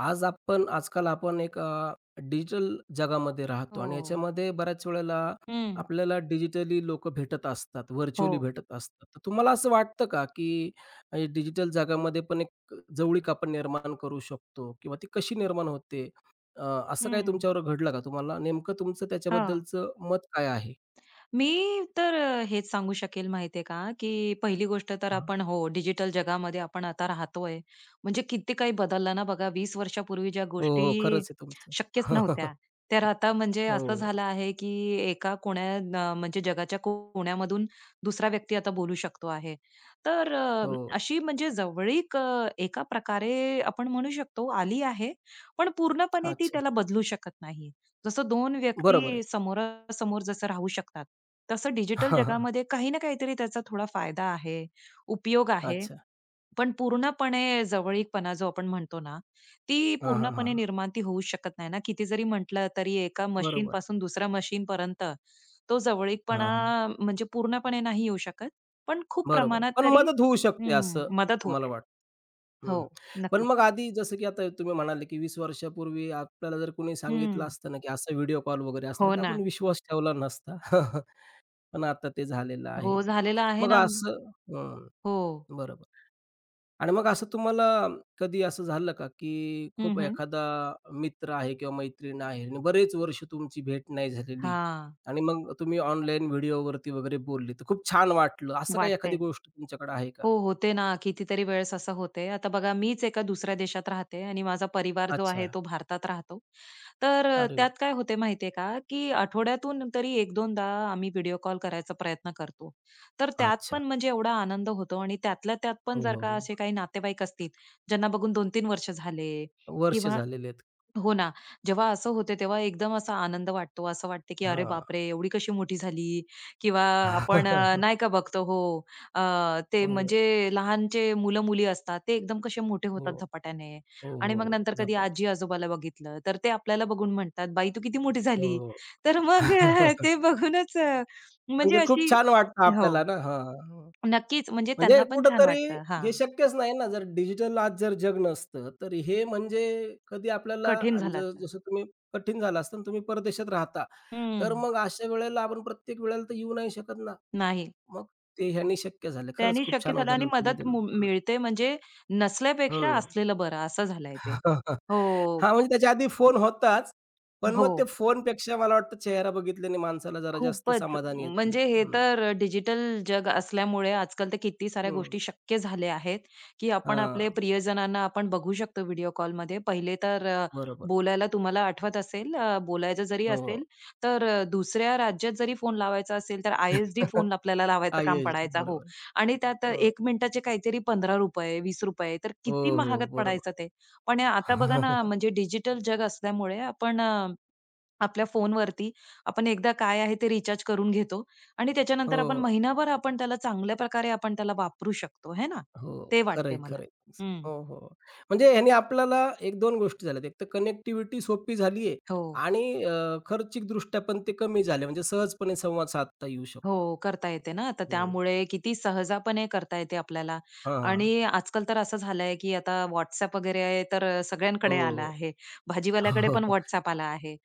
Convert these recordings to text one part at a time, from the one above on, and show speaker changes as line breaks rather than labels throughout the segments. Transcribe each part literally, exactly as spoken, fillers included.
आज आपण आजकाल आपण एक अ, डिजिटल जगामध्ये राहतो
हो.
आणि याच्यामध्ये बऱ्याच वेळेला
हं.
आपल्याला डिजिटली लोक भेटत असतात,
हो.
व्हर्चुअली भेटत असतात. तर तुम्हाला असं वाटतं का, की डिजिटल जगामध्ये पण एक जवळीक आपण निर्माण करू शकतो किंवा ती कशी निर्माण होते? अ, असं काही
हं.
तुमच्यावर घडलं का? तुम्हाला नेमकं तुमचं
हां.
त्याच्याबद्दलचं मत काय आहे?
मी तर अ, हेच सांगू शकेल माहितीये का, की पहिली गोष्ट तर
हां.
आपण हो, डिजिटल जगामध्ये आपण आता राहतोय. म्हणजे किती काही बदललं ना बघा. वीस वर्षापूर्वी ज्या
हो,
गोष्टी
हो. खरंच आहे तुमचं.
शक्यच नव्हत्या, तर आता म्हणजे असं
हो,
झालं आहे, की एका कोण्या अ, म्हणजे जगाच्या कोण्यामधून दुसरा व्यक्ती आता बोलू शकतो आहे. तर अ,
हो.
अशी म्हणजे जवळीक अ, एका प्रकारे आपण म्हणू शकतो आली आहे, पण पूर्णपणे ती
अच्छा.
त्याला बदलू शकत नाही. जसं दोन
बरोबर आहे.
व्यक्ती समोरासमोर जसं राहू शकतात, तसं डिजिटल जगामध्ये काही ना काहीतरी त्याचा थोडा फायदा आहे, उपयोग आहे.
अच्छा.
पण पूर्णपणे जवळीकपणा जो आपण म्हणतो ना, ती
हां, हां,
पूर्णपणे
हां.
निर्माण ती होऊ शकत नाही ना. किती जरी म्हटलं तरी एका
बरोबर.
मशीनपासून दुसऱ्या मशीनपर्यंत तो
हां,
जवळीकपणा
हां.
म्हणजे पूर्णपणे नाही येऊ शकत. पण खूप
बरोबर आहे.
प्रमाणात
पण
तरी
मदत होऊ शकते
हं,
असं
मदत
तुम्हाला
होते.
वाटतं. हं.
हो,
पण
नक्कीच.
मग आधी जसं की आता तुम्ही म्हणाले, की वीस वर्षापूर्वी आपल्याला जर कोणी सांगितलं
हं.
असतं ना, की असा व्हिडिओ कॉल वगैरे असणार,
हो
तर आपण
ना.
विश्वास ठेवला नसता. पण आता ते झालेलं आहे.
हो, झालेलं आहे
मग
ना.
असं हं,
हो.
बरोबर. आणि मग असं तुम्हाला कधी असं झालं का, की
हं,
खूप
हं.
एखादा मित्र आहे किंवा मैत्रीण आहे आणि बरेच वर्ष तुमची भेट नाही झालेली
हां.
आणि मग तुम्ही ऑनलाईन व्हिडिओवरती वगैरे बोलले, तर खूप छान वाटलं. असं काही
वाटते.
एखादी गोष्ट तुमच्याकडे आहे का?
हो, होते ना. कितीतरी वेळेस असं होते. आता बघा मीच एका दुसऱ्या देशात राहते आणि माझा परिवार जो
अच्छा.
आहे तो भारतात राहतो. तर अ,
अरे वा.
त्यात काय होते माहितीये का, की आठवड्यातून तरी एक-2दा आम्ही व्हिडिओ कॉल करायचा प्रयत्न करतो. तर त्यात
अच्छा.
पण म्हणजे एवढा आनंद होतो आणि त्यातल्या त्यात पण
हो,
जर
हो,
का
हो.
असे काही नातेवाईक असतील, ज्यांना बघून दोन ते तीन वर्ष झाले
वर्ष
किंवा
झालेले आहेत.
हो ना. जेव्हा असं होते तेव्हा एकदम असा आनंद वाटतो. असं वाटते, की "अरे
हां.
बापरे! एवढी कशी मोठी झाली?" किंवा आपण अ, नाही का बघतो हो, अ, ते
हो,
म्हणजे लहानचे मुलं-मुली असतात, ते एकदम कसे मोठे
हो,
होतात झपाट्याने.
हो,
आणि मग
हो.
नंतर कधी
झपाट.
आजी-आजोबाला बघितलं, तर ते आपल्याला बघून म्हणतात, "बाई तू किती मोठी झाली?"
हो,
तर मग अ,
हो.
ते बघूनच अ, म्हणजे
म्हणजे खूप
अशी
छान वाटतं
हो.
आपल्याला ना हां.
नक्कीच, म्हणजे
म्हणजे
त्यांना पण छान
कुठेतरी
वाटतं. हां,
हे शक्यच नाही ना, जर डिजिटल आज जर जग नसतं, तर हे म्हणजे कधी आपल्याला
कठीण
आणि ज
झालं असतं.
जसं तुम्ही कठीण झालं असतं आणि तुम्ही परदेशात राहता, तर
हं.
मग अशा वेळेला आपण प्रत्येक वेळेला तर येऊ नाही शकत ना.
नाही.
मग ते ह्यानी शक्य झालं. खरंच
त्यांनी
खूप
शक्य
छान
झालं आणि
उदाहरण तुम्ही
मदत
दिलं.
मु
हं.
मिळते म्हणजे नसल्यापेक्षा असलेलं बरं असं झालंय ते.
हां, हां.
हो,
हां, म्हणजे त्याच्या आधी फोन होताच. पण मग
हो.
ते फोनपेक्षा मला वाटतं चेहरा बघितल्याने माणसाला जरा जास्त
खूपच.
समाधान येतं.
म्हणजे हे
हं,
तर डिजिटल जग असल्यामुळे आजकाल तर किती साऱ्या
हं.
गोष्टी शक्य झाल्या आहेत, की आपण आपले
हां,
प्रियजनांना आपण बघू शकतो व्हिडिओ कॉलमध्ये. पहिले तर अ,
बरोबर.
बोलायला तुम्हाला आठवत असेल अ, बोलायचं जरी
हो,
असेल, तर अ, दुसऱ्या राज्यात जरी फोन लावायचा असेल, तर आय-एस-डी
हो.
फोन आपल्याला लावायचं काम
आयश
पडायचा. हो.
बरोबर.
आणि त्यात
हो.
एक मिनिटाचे काहीतरी ₹पंधरा रुपये, ₹वीस रुपये तर
हो,
किती
हो.
महागात
बरोबर.
पडायचं ते. पण आता बघा ना, म्हणजे डिजिटल जग असल्यामुळे आपण अ, आपल्या फोनवरती आपण एकदा काय आहे ते रिचार्ज करून घेतो आणि त्याच्यानंतर आपण
हो,
महिनाभर आपण त्याला चांगल्या प्रकारे आपण त्याला वापरू शकतो, है ना?
हो.
ते
खरं
वाटते
आहे,
मला.
खरं आहे.
हं.
हो, हो. म्हणजे ह्याने आपल्याला एक दोन गोष्टी झाल्यात. एक तर कनेक्टिव्हिटी सोपी झाली आहे
हो.
आणि अ, खर्चिकदृष्ट्या पण ते कमी झाले. म्हणजे सहजपणे संवाद साधता येऊ शकतो.
हो, करता येते ना. तर
हं.
त्यामुळे किती सहजपणे करता येते आपल्याला.
हां, हां.
आणि आजकाल तर असं झालंय, की आता WhatsApp वगैरे आहे, तर अ, सगळ्यांकडे आला
हो,
आहे. भाजीवाल्याकडे
हो.
पण WhatsApp आला आहे.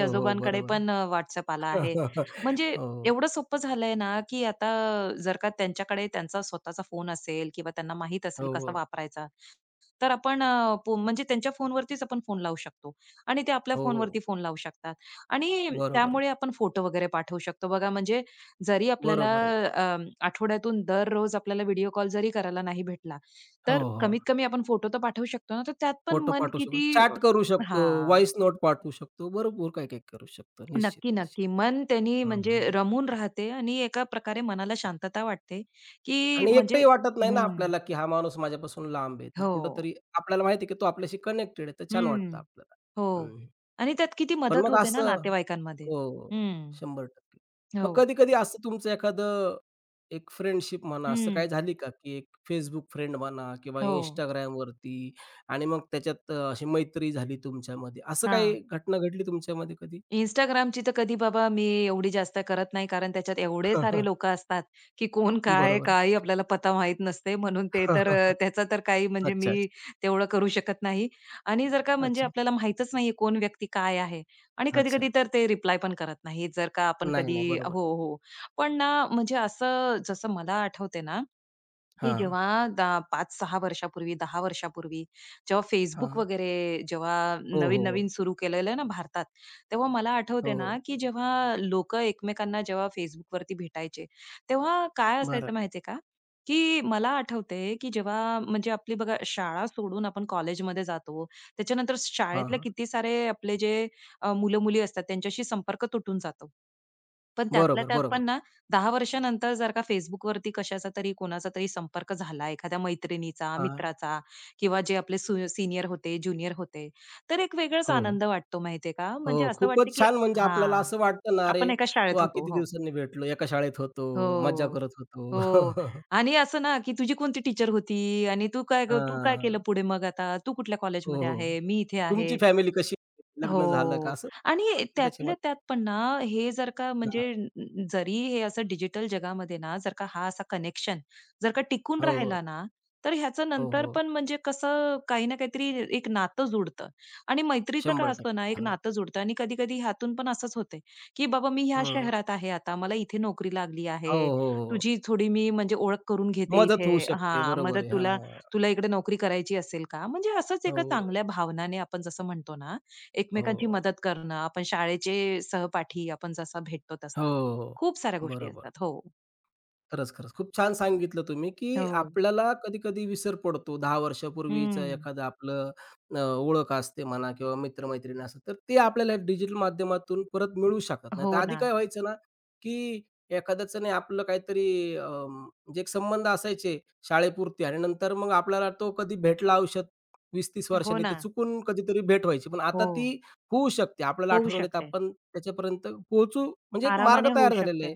हो, हो. बरोबर.
पण अ, WhatsApp आला आहे. म्हणजे
हो,
एवढं सोपं झालंय ना, की आता जर का त्यांच्याकडे त्यांचा स्वतःचा फोन असेल किंवा त्यांना माहीत असेल
हो,
कसा वापरायचा, तर आपण अ, पो म्हणजे त्यांच्या फोनवरतीच आपण फोन लावू शकतो आणि ते आपल्या
हो.
फोनवरती फोन लावू शकतात आणि
बरोबर आहे.
त्यामुळे आपण फोटो वगैरे पाठवू शकतो. बघा म्हणजे जरी आपल्याला
बरोबर आहे.
अ, आठवड्यातून दररोज आपल्याला व्हिडिओ कॉल जरी करायला नाही भेटला,
हो,
तर
हो.
कमीत कमी आपण फोटो तर पाठवू शकतो ना, तर त्यात पण
फोटो
मन
पाठवू शकतो.
किती अ,
चॅट करू शकतो,
हां.
व्हॉईस नोट पाठवू शकतो. भरपूर काही-काही करू शकतो. निश्चित,
नक्की,
निश्चित.
नक्की. मन त्यांनी
हं,
म्हणजे
हं.
रमून राहते आणि एका प्रकारे मनाला शांतता वाटते, की
आणि
म्हणजे
एकटंही वाटत नाही ना
हं.
आपल्याला, की हा माणूस माझ्यापासून लांब आहे. तर
हो.
कुठेतरी आपल्याला माहिती आहे, की तो आपल्याशी कनेक्टेड आहे. तर छान वाटतं
हं.
आपल्याला.
हो
हं.
आणि त्यात किती
पण
मदत
मग
होते ना
असं
नातेवाईकांमध्ये.
हो,
हं.
शंभर टक्के. मग
हो.
कधी-कधी असं तुमचं एखादं एक फ्रेंडशिप म्हणा, असं
हं.
काही झाली का, की एक Facebook फ्रेंड म्हणा किंवा
हो.
Instagramवरती आणि मग त्याच्यात अ, अशी मैत्री झाली तुमच्यामध्ये, असं काही
हां.
घटना घडली तुमच्यामध्ये कधी?
Instagramची तर कधी बाबा मी एवढी जास्त करत नाही, कारण त्याच्यात एवढे सारे लोकं असतात, की कोण काय,
बरोबर आहे.
काही आपल्याला पता माहीत नसते. म्हणून ते तर अ,
अच्छा,
त्याचा तर काही म्हणजे
अच्छा,
मी तेवढं करू शकत नाही. आणि जर का म्हणजे
अच्छा,
आपल्याला माहीतच नाहीये कोण व्यक्ती काय आहे आणि
अच्छा.
कधी-कधी तर ते रिप्लाय पण करत नाहीत. जर का आपण
नाही,
कधी
नाही. बरोबर.
हो, हो. पण ना म्हणजे असं जसं मला आठवते ना, की
हां,
जेव्हा दा पाच ते सहा वर्षापूर्वी, दहा वर्षापूर्वी जेव्हा Facebook
हां.
वगैरे जेव्हा
हो, हो, हो.
नवीन-नवीन सुरू केलेलं ना भारतात, तेव्हा मला आठवते
हो,
ना, की जेव्हा लोकं एकमेकांना जेव्हा Facebookवरती भेटायचे, तेव्हा काय
बरं.
असायचं माहितीये का, की मला आठवतंय, की जेव्हा म्हणजे आपली बघा शाळा सोडून आपण कॉलेजमध्ये जातो. त्याच्यानंतर
हां,
शाळेतले
हां.
किती सारे आपले जे मुलं-मुली असतात त्यांच्याशी संपर्क तुटून जातो. पण त्यातल्या
बरोबर,
त्यात
बरोबर.
पण ना दहा वर्षानंतर जर का Facebookवरती कशाचा तरी कोणाचा तरी संपर्क झाला, एखाद्या मैत्रिणीचा,
हां.
मित्राचा किंवा जे आपले सु सीनियर होते, ज्युनियर होते, तर एक वेगळाच
हो, हो.
आनंद वाटतो माहितीये का? म्हणजे
हो,
असं वाटतं
खूपच
की
छान म्हणजे आपल्याला
हां,
असं वाटतं ना, "अरे
आपण एका शाळेत
वाह!
होतो.
किती
हो.
दिवसांनी भेटलो, एका शाळेत होतो, मज्जा
हो.
करत होतो."
हो. आणि असं ना की तुझी कोणती टीचर होती आणि तू काय तू काय केलं
हां.
पुढे मग आता? तू कुठल्या
हो,
कॉलेजमध्ये
हो.
आहे? मी इथे
तुमची
आहे.
फॅमिली कशी? लग्न झालं का?
हो.
असं
आणि
प्रश्न
त्यातल्या
त्याच्यामध्ये
त्यात पण ना, हे जर का
हां.
म्हणजे अ, जरी हे असं डिजिटल जगामध्ये ना, जर का हा असा कनेक्शन जर का टिकून
हो,
राहिला ना, तर ह्याचं
हो,
नंतर
हो.
पण म्हणजे कसं काही ना काहीतरी एक नातं जुडतं. आणि मैत्रीचं काय असतं
शंभर टक्के.
ना, एक
हां.
नातं जुडतं आणि कधी-कधी ह्यातून पण असंच होते, की बाबा मी ह्या
हं.
शहरात आहे आता, मला इथे नोकरी लागली
हो,
आहे.
हो, हो.
तुझी थोडी मी म्हणजे ओळख करून घेते
मदत
इथे
होऊ शकते.
हां,
बरोबर आहे.
मदत तुला
हां.
तुला इकडे नोकरी करायची असेल का? म्हणजे असंच एका
हो,
चांगल्या भावनाने आपण जसं म्हणतो ना, एकमेकांची
हो.
मदत करणं, आपण शाळेचे सहपाठी आपण जसा भेटतो तसा.
हो, हो.
खूप साऱ्या गोष्टी
बरोबर.
असतात. हो.
खरंच, खरंच. खूप छान सांगितलं तुम्ही, की
हो.
आपल्याला कधी-कधी विसर पडतो. दहा वर्षापूर्वीचं
हं.
एखादं आपलं अ, ओळख असते म्हणा किंवा मित्र-मैत्रीण असतात. तर ते आपल्याला डिजिटल माध्यमातून परत मिळू शकतात. नाहीतर
हो
आधी
ना.
काय व्हायचं ना, की एखाद्याचं नाही आपलं काहीतरी अ, म्हणजे एक संबंध असायचे शाळेपुरते आणि नंतर मग आपल्याला तो कधी भेटला आयुष्यात वीस तीस
हो
वर्षांनी, तर
ना.
चुकून कधीतरी भेट व्हायची. पण आता
हो.
ती होऊ शकते. आपल्याला
होऊ
आठवण आली तर
शकते.
आपण त्याच्यापर्यंत पोहोचू म्हणजे एक मार्ग
आरामाने होऊ
तयार झालेला
शकते.
आहे.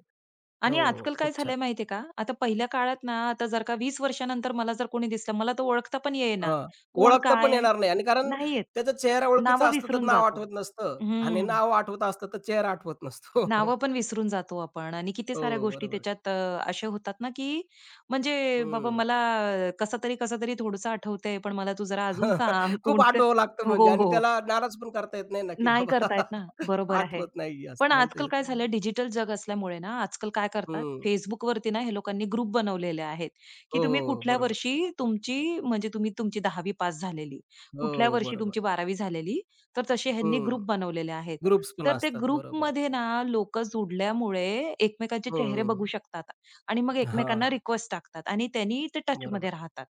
आणि
हो, हो.
आजकाल काय
खूप छान.
झालंय माहितीये का? आता पहिल्या काळात ना, आता जर का वीस वर्षानंतर मला जर कोणी दिसलं, मला तर ओळखता पण येईना.
हां.
कोण
ओळखता पण
काय आहे?
येणार नाही आणि कारण
नाही येत.
त्याचा चेहरा ओळखीचा
नावं
असला तर
विसरून
नाव
जातो.
आठवत नसतं आणि
हं.
नाव आठवत असलं तर चेहरा आठवत नसतो.
नावं पण विसरून जातो आपण आणि किती
हो,
साऱ्या गोष्टी
बरोबर आहे.
त्याच्यात अ, अशा होतात ना, की म्हणजे बाबा
हं.
मला कसं तरी, कसं तरी थोडंसं आठवतंय, पण मला तू जरा अजून सांग
खूप
कोणतं
आठवावं लागतं
हो,
म्हणजे आणि
हो.
त्याला नाराज पण करता येत नाही ना, की
नाही करता
बाबा
येत ना. बरोबर आहे.
आठवत नाहीये असं
पण
म्हणता
आजकाल
येत
काय
नाही.
झालंय डिजिटल जग असल्यामुळे ना, आजकाल काय करतात
हं.
Facebookवरती ना, हे लोकांनी ग्रुप बनवलेले आहेत, की
हो,
तुम्ही
हो, हो.
कुठल्या
बरोबर.
वर्षी तुमची म्हणजे तुम्ही तुमची 10वी पास झालेली, कुठल्या
हो,
वर्षी
बरोबर.
तुमची 12वी झालेली, तर तसे ह्यांनी
हं.
ग्रुप बनवलेले आहेत.
ग्रुप्स पण
तर ते
असतात. बरोबर.
ग्रुपमध्ये ना, लोकं जुडल्यामुळे एकमेकांचे चेहरे बघू
हं.
शकतात आणि मग
हां.
एकमेकांना रिक्वेस्ट टाकतात आणि त्यांनी ते
बरोबर.
टचमध्ये राहतात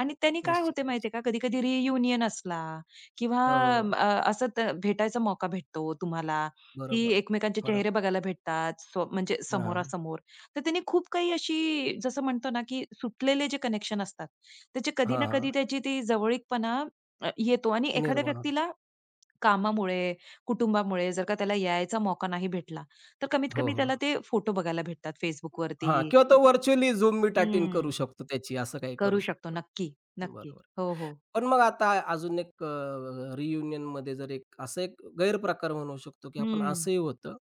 आणि त्यांनी काय
निश्चित,
होते माहितीये
निश्चित.
का, कधी-कधी रियुनियन असला किंवा
हो,
म,
हो.
अ, असं त भेटायचा मौका भेटतो तुम्हाला, की
बरोबर आहे.
एकमेकांचे चेहरे
बरोबर.
बघायला भेटतात, स्व म्हणजे
हां, हां.
समोरासमोर. तर त्यांनी खूप काही अशी जसं म्हणतो ना, की सुटलेले जे कनेक्शन असतात, त्याचे कधी ना
हां,
कधी त्याची ती जवळीकपणा अ, येतो आणि एखाद्या
निर्माण होतं.
व्यक्तीला कामामुळे, कुटुंबामुळे जर का त्याला यायचा मौका नाही भेटला, तर कमीत
हो,
कमी
हो.
त्याला ते फोटो बघायला भेटतात
हां,
Facebookवरती.
किंवा तो व्हर्चुअली Zoom मीट अटेंड करू
हं.
शकतो त्याची, असं काही करू
करू शकतो.
शकतो.
नक्की, नक्की.
बरोबर.
हो, हो.
पण मग आता अजून एक अ, रियुनियनमध्ये जर एक असा एक गैरप्रकार म्हणू शकतो, की आपण
हं,
असंही होतं,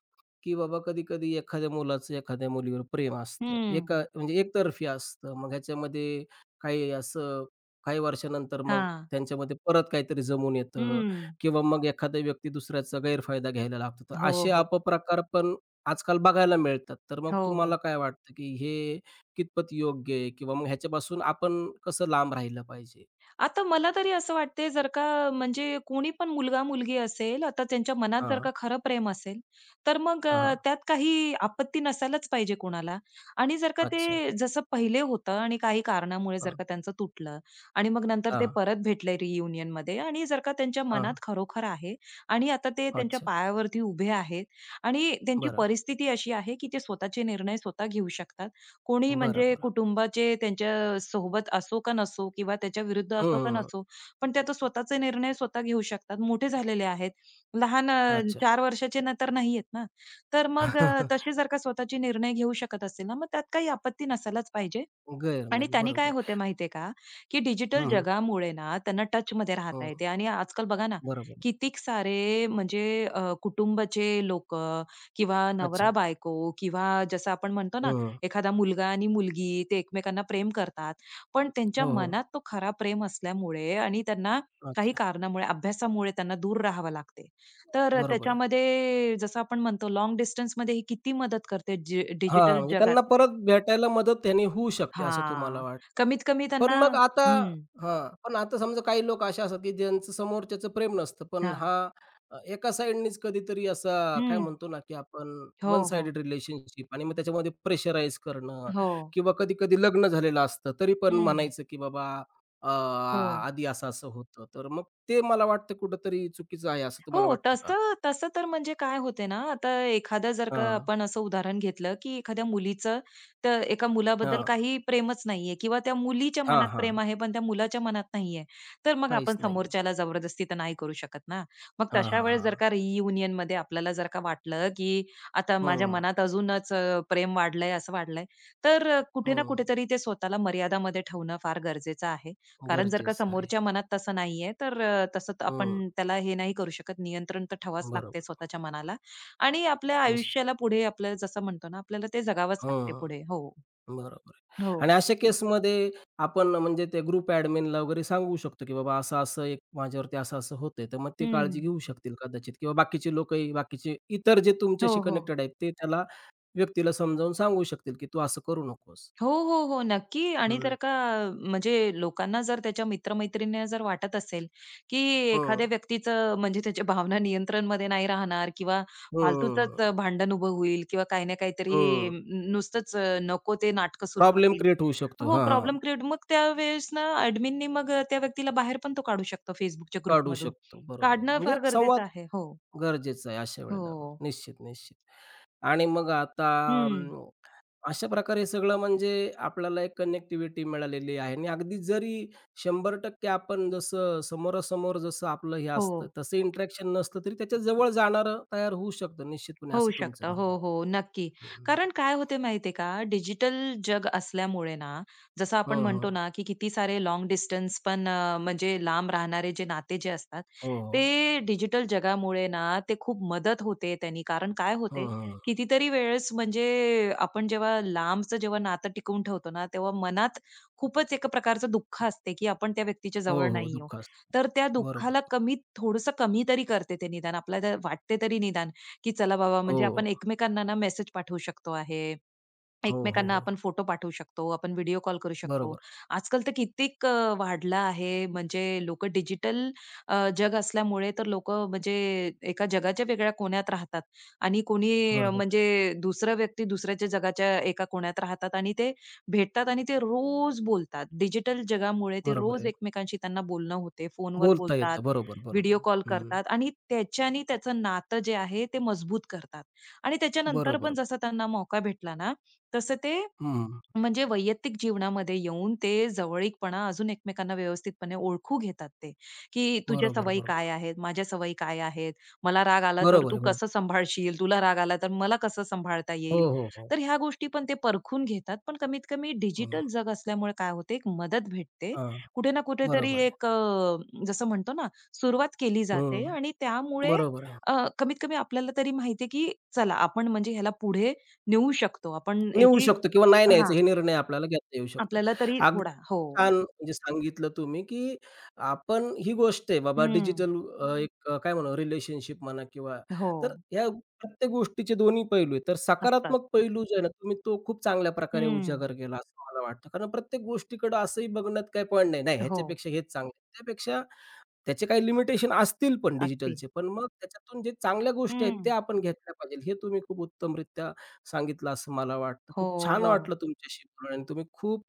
की बाबा कधी-कधी एखाद्या मुलाचं एखाद्या मुलीवर प्रेम असतं.
हं.
एका म्हणजे एकतर्फी असतं. मग ह्याच्यामध्ये काही असं काही वर्षानंतर मग
हां.
त्यांच्यामध्ये परत काहीतरी जमून येतं
हं.
किंवा मग एखादा व्यक्ती दुसऱ्याचा गैरफायदा घ्यायला लागतो. तर
हो,
असे
हो.
अपप्रकार पण आजकाल बघायला मिळतात. तर मग
हो,
तुम्हाला
हो.
काय वाटतं, की हे कितपत योग्य आहे किंवा मग ह्याच्यापासून आपण कसं लांब राहिलं पाहिजे?
आता मला तरी असं वाटते जर का म्हणजे कोणी पण मुलगा-मुलगी असेल, आता त्यांच्या मनात जर का खरं प्रेम असेल, तर मग
हां,
अ,
हां.
त्यात काही आपत्ती नसायलाच पाहिजे कोणाला. आणि जर का
अच्छा.
ते जसं पहिले होतं आणि काही कारणामुळे जर
हां,
का त्यांचं तुटलं आणि मग नंतर ते
हां,
परत भेटले रियुनियनमध्ये आणि जर का त्यांच्या मनात
हां.
खरोखर आहे आणि आता ते त्यांच्या
अच्छा.
पायावरती उभे आहेत आणि त्यांची
बरं,
परिस्थिती अशी आहे की ते स्वतःचे निर्णय स्वतः घेऊ शकतात कोणी
बरं,
म्हणजे
बरं.
कुटुंबाचे त्यांच्या सोबत असो का नसो किंवा त्याच्या विरुद्ध
हं,
असो का
हं, हं.
नसो, पण ते आता स्वतःचे निर्णय स्वतः घेऊ शकतात. मोठे झालेले आहेत. लहान अ,
अच्छा.
चार वर्षाचे ना तर नाहीयेत ना. तर मग अ, तसे जर का स्वतःचे निर्णय घेऊ शकत असतील ना, मग त्यात काही आपत्ती नसायलाच पाहिजे.
गैर
आणि
नाही.
त्याने
बरोबर
काय होते
आहे.
माहितीये का, की डिजिटल
हं, हं.
जगामुळे ना त्यांना टचमध्ये राहता
हं.
येते आणि आजकाल बघा ना,
बरोबर आहे.
कितीक सारे म्हणजे अ, कुटुंबाचे लोकं किंवा
अच्छा.
नवरा-बायको किंवा जसं आपण म्हणतो ना,
हं.
एखादा मुलगा आणि मुलगी ते एकमेकांना प्रेम करतात. पण त्यांच्या
हो, हो.
मनात तो खरा प्रेम असल्यामुळे आणि त्यांना काही
अच्छा.
कारणामुळे, अभ्यासामुळे त्यांना दूर राहावं लागते. तर
बरोबर आहे.
त्याच्यामध्ये जसं आपण म्हणतो लाँग डिस्टन्समध्ये ही किती मदत करते
हां,
डिजिटल
म्हणजे
जगात.
त्यांना परत भेटायला मदत त्यांनी होऊ शकते असं तुम्हाला
हां.
वाटतं.
कमीत कमी
पण
त्यांना
मग आता
हं.
हां. पण आता समजा काही लोक असे असतात, की ज्यांचं समोरच्याचं प्रेम नसतं. पण
हां.
हा अ, एका साइडनीच कधीतरी असा काय
हं.
म्हणतो ना, की आपण
हो,
वन
हो.
साइडेड रिलेशनशिप आणि मग त्याच्यामध्ये प्रेशराईज करणं
हो.
किंवा कधी-कधी लग्न झालेलं असतं, तरी पण
हं.
म्हणायचं, की बाबा अ,
हो.
आधी असं-असं होतं. तर मग ते मला वाटतं कुठेतरी चुकीचं आहे, असं
हो,
तुम्हाला वाटतं का?
तसं तसं तर म्हणजे काय होते ना, आता एखादं जर का
हां,
आपण असं उदाहरण घेतलं, की एखाद्या मुलीचं तर एका मुलाबद्दल
हां.
काही प्रेमच नाहीये किंवा त्या मुलीच्या
हां,
मनात
हां.
प्रेम आहे, पण त्या मुलाच्या मनात नाहीये. तर मग
काहीच
आपण
नाहीये.
समोरच्याला जबरदस्ती तर नाही करू शकत ना. मग
हां,
तशा
हां,
वेळेस जर
हां.
का रियुनियनमध्ये आपल्याला जर का वाटलं, की आता माझ्या
हं,
मनात अजूनच अ, प्रेम वाढलंय, असं वाढलंय, तर अ, कुठे ना
हं.
कुठेतरी ते स्वतःला मर्यादामध्ये ठेवणं फार गरजेचं आहे. कारण जर का
गरजेचं आहे.
समोरच्या मनात तसं नाहीये, तर अ, तसं तर
हं.
आपण त्याला हे नाही करू शकत. नियंत्रण तर ठेवावंच लागते
बरोबर.
स्वतःच्या मनाला आणि आपल्या
निश्चित.
आयुष्याला पुढे आपल्याला जसं म्हणतो ना, आपल्याला ते जगावंच लागते
हं,
पुढे. हो.
बरोबर आहे.
हो.
आणि अशा केसमध्ये आपण म्हणजे ते ग्रुप ॲडमिनला वगैरे सांगू शकतो, की बाबा असं-असं एक माझ्यावरती असं-असं होतंय. तर मग ते
हं.
काळजी घेऊ शकतील कदाचित किंवा बाकीचे लोकही बाकीचे इतर जे
हो,
तुमच्याशी
हो.
कनेक्टेड आहेत, ते त्याला व्यक्तीला समजावून सांगू शकतील, की तू असं करू नकोस.
हो, हो, हो. नक्की आणि जर
हं,
का म्हणजे लोकांना जर त्याच्या मित्र-मैत्रिणींना जर वाटत असेल, की
हं,
एखाद्या व्यक्तीचं म्हणजे त्याच्या भावना नियंत्रणमध्ये नाही राहणार किंवा फालतूचंच
हं,
भांडण उभं होईल किंवा काही ना काहीतरी
हं.
नुसतंच नको ते नाटकं सुरू
प्रॉब्लेम
होतील.
क्रिएट होऊ शकतो.
हो,
हां, हां.
प्रॉब्लेम क्रिएट मग त्यावेळेस ना ॲडमिननी मग त्या व्यक्तीला बाहेर पण तो काढू शकतो Facebookच्या
काढू
ग्रुपमधून.
शकतो. बरोबर आहे.
काढणं
म्हणजे
फार
एक संवाद
गरजेचं आहे. हो,
गरजेचं आहे अशा
हो.
वेळेला. निश्चित, निश्चित. आणि मग आता
हं.
अं, अशा प्रकारे सगळं म्हणजे आपल्याला एक कनेक्टिव्हिटी मिळालेली आहे आणि अगदी जरी शंभर टक्के आपण जसं समोरासमोर जसं आपलं हे
हो.
असतं, तसं इंटरॅक्शन नसलं तरी त्याच्या जवळ जाणारं तयार होऊ शकतं निश्चितपणे
होऊ
असं तुमचं
शकतं. हो,
म्हणणं आहे.
हो. नक्की.
हं, हं.
कारण काय होते माहितीये का, डिजिटल जग असल्यामुळे ना, जसं
हो,
आपण
हो.
म्हणतो ना, की किती सारे लॉंग डिस्टन्स पण अ, म्हणजे लांब राहणारे जे नाते जे असतात,
हो,
ते
हो.
डिजिटल जगामुळे ना, ते खूप मदत होते त्यांनी. कारण काय होते,
हं,
कितीतरी वेळेस म्हणजे आपण जेव्हा लांबचं जेव्हा नातं टिकवून ठेवतो ना, तेव्हा मनात खूपच एका प्रकारचं दुःख असते, की आपण त्या व्यक्तीच्या
हो,
जवळ
हो.
नाही आहोत.
दुःख असतं.
तर त्या
बरोबर.
दुःखाला कमी थोडंसं कमी तरी करते ते निदान. आपल्याला वाटते तरी निदान. की चला बाबा
हो.
म्हणजे आपण एकमेकांना ना मेसेज पाठवू शकतो आहे.
हो, हो,
एकमेकांना
हो.
आपण फोटो पाठवू शकतो, आपण व्हिडिओ कॉल करू शकतो.
बरोबर,
आजकाल तर कित्येक अ, वाढला आहे. म्हणजे लोकं डिजिटल अ, जग असल्यामुळे तर लोकं म्हणजे एका जगाच्या वेगळ्या कोण्यात राहतात आणि कोणी अ,
बरोबर,
म्हणजे दुसरा व्यक्ती दुसऱ्याच्या जगाच्या एका कोण्यात राहतात आणि ते भेटतात आणि ते रोज बोलतात. डिजिटल जगामुळे ते
बरोबर
रोज
आहे.
एकमेकांशी त्यांना बोलणं होते. फोनवर
बोलता
बोलतात,
येतं. बरोबर, बरोबर.
व्हिडिओ कॉल
हं.
करतात आणि त्याच्याने त्याचं नातं जे आहे ते मजबूत करतात आणि त्याच्यानंतर
बरोबर.
पण जसा त्यांना मौका भेटला ना, तसं ते
हं.
म्हणजे वैयक्तिक जीवनामध्ये येऊन ते जवळीकपणा अजून एकमेकांना व्यवस्थितपणे ओळखू घेतात ते, की तुझ्या
बरोबर,
सवयी काय
बरोबर.
आहेत? माझ्या सवयी काय आहेत? मला राग आला तर
बरोबर
तू
आहे, बरोबर.
कसं सांभाळशील? तुला राग आला तर मला कसं सांभाळता
हो,
येईल?
हो, हो.
तर ह्या गोष्टी पण ते परखून घेतात. पण कमीत कमी
हं.
डिजिटल जग असल्यामुळे काय होते, एक मदत भेटते.
हां.
कुठे ना कुठेतरी
बरोबर आहे.
एक अ, जसं म्हणतो ना, सुरुवात केली जाते
हं.
आणि त्यामुळे
बरोबर आहे.
अ, कमीत कमी आपल्याला तरी माहिती आहे, की चला आपण म्हणजे ह्याला पुढे नेऊ शकतो. आपण
नेऊ
याची
शकतो किंवा नाही
हां,
न्यायचं हे निर्णय आपल्याला घेता येऊ शकतो.
आपल्याला तरी
अगदी
थोडा हो.
छान म्हणजे सांगितलं तुम्ही, की आपण ही गोष्ट आहे बाबा
हं.
डिजिटल अ, एक अ, काय म्हणू रिलेशनशिप म्हणा किंवा
हो.
तर ह्या प्रत्येक गोष्टीचे दोन्ही पैलू आहेत. तर
असतात.
सकारात्मक पैलू जो आहे ना, तुम्ही तो खूप चांगल्या प्रकारे
हं.
उजागर केला असं मला वाटतं. कारण प्रत्येक गोष्टीकडं असंही बघण्यात काही पॉइंट नाही. नाही
हो.
ह्याच्यापेक्षा हेच चांगलं आहे. त्यापेक्षा त्याचे काही लिमिटेशन असतील पण
असतील.
डिजिटलचे, पण मग त्याच्यातून जे चांगल्या गोष्टी आहेत
हं.
त्या आपण घेतल्या पाहिजेल. हे तुम्ही खूप उत्तमरित्या सांगितलं असं मला वाटतं.
हो,
खूप छान
हो.
वाटलं तुमच्याशी बोलून आणि तुम्ही खूप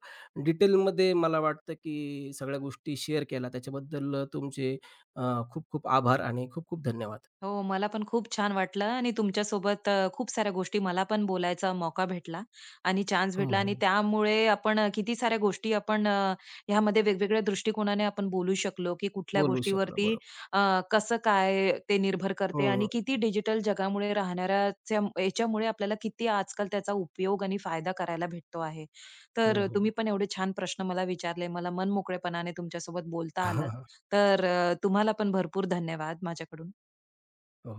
डिटेलमध्ये मला वाटतं, की सगळ्या गोष्टी शेअर केल्या. त्याच्याबद्दल तुमचे अ, खूप खूप आभार आणि खूप खूप धन्यवाद.
हो, मला पण खूप छान वाटलं आणि तुमच्यासोबत अ, खूप साऱ्या गोष्टी मला पण बोलायचा मौका भेटला आणि चान्स
हो,
भेटला आणि
हो.
त्यामुळे आपण अ, किती साऱ्या गोष्टी आपण अ, ह्यामध्ये वेगवेगळ्या दृष्टिकोनाने आपण बोलू शकलो, की कुठल्या
बोलू शकलो.
गोष्टीवरती
बरोबर.
अ, कसं काय ते निर्भर करते
हं.
आणि किती डिजिटल जगामुळे राहणाऱ्याच्या याच्यामुळे आपल्याला किती आजकाल त्याचा उपयोग आणि फायदा करायला भेटतो आहे.
हो,
तर
हो,
तुम्ही
हो.
पण एवढे छान प्रश्न मला विचारले. मला मनमोकळेपणाने तुमच्यासोबत बोलता आलं. तर अ, तुम्हाला पण भरपूर धन्यवाद माझ्याकडून.
हो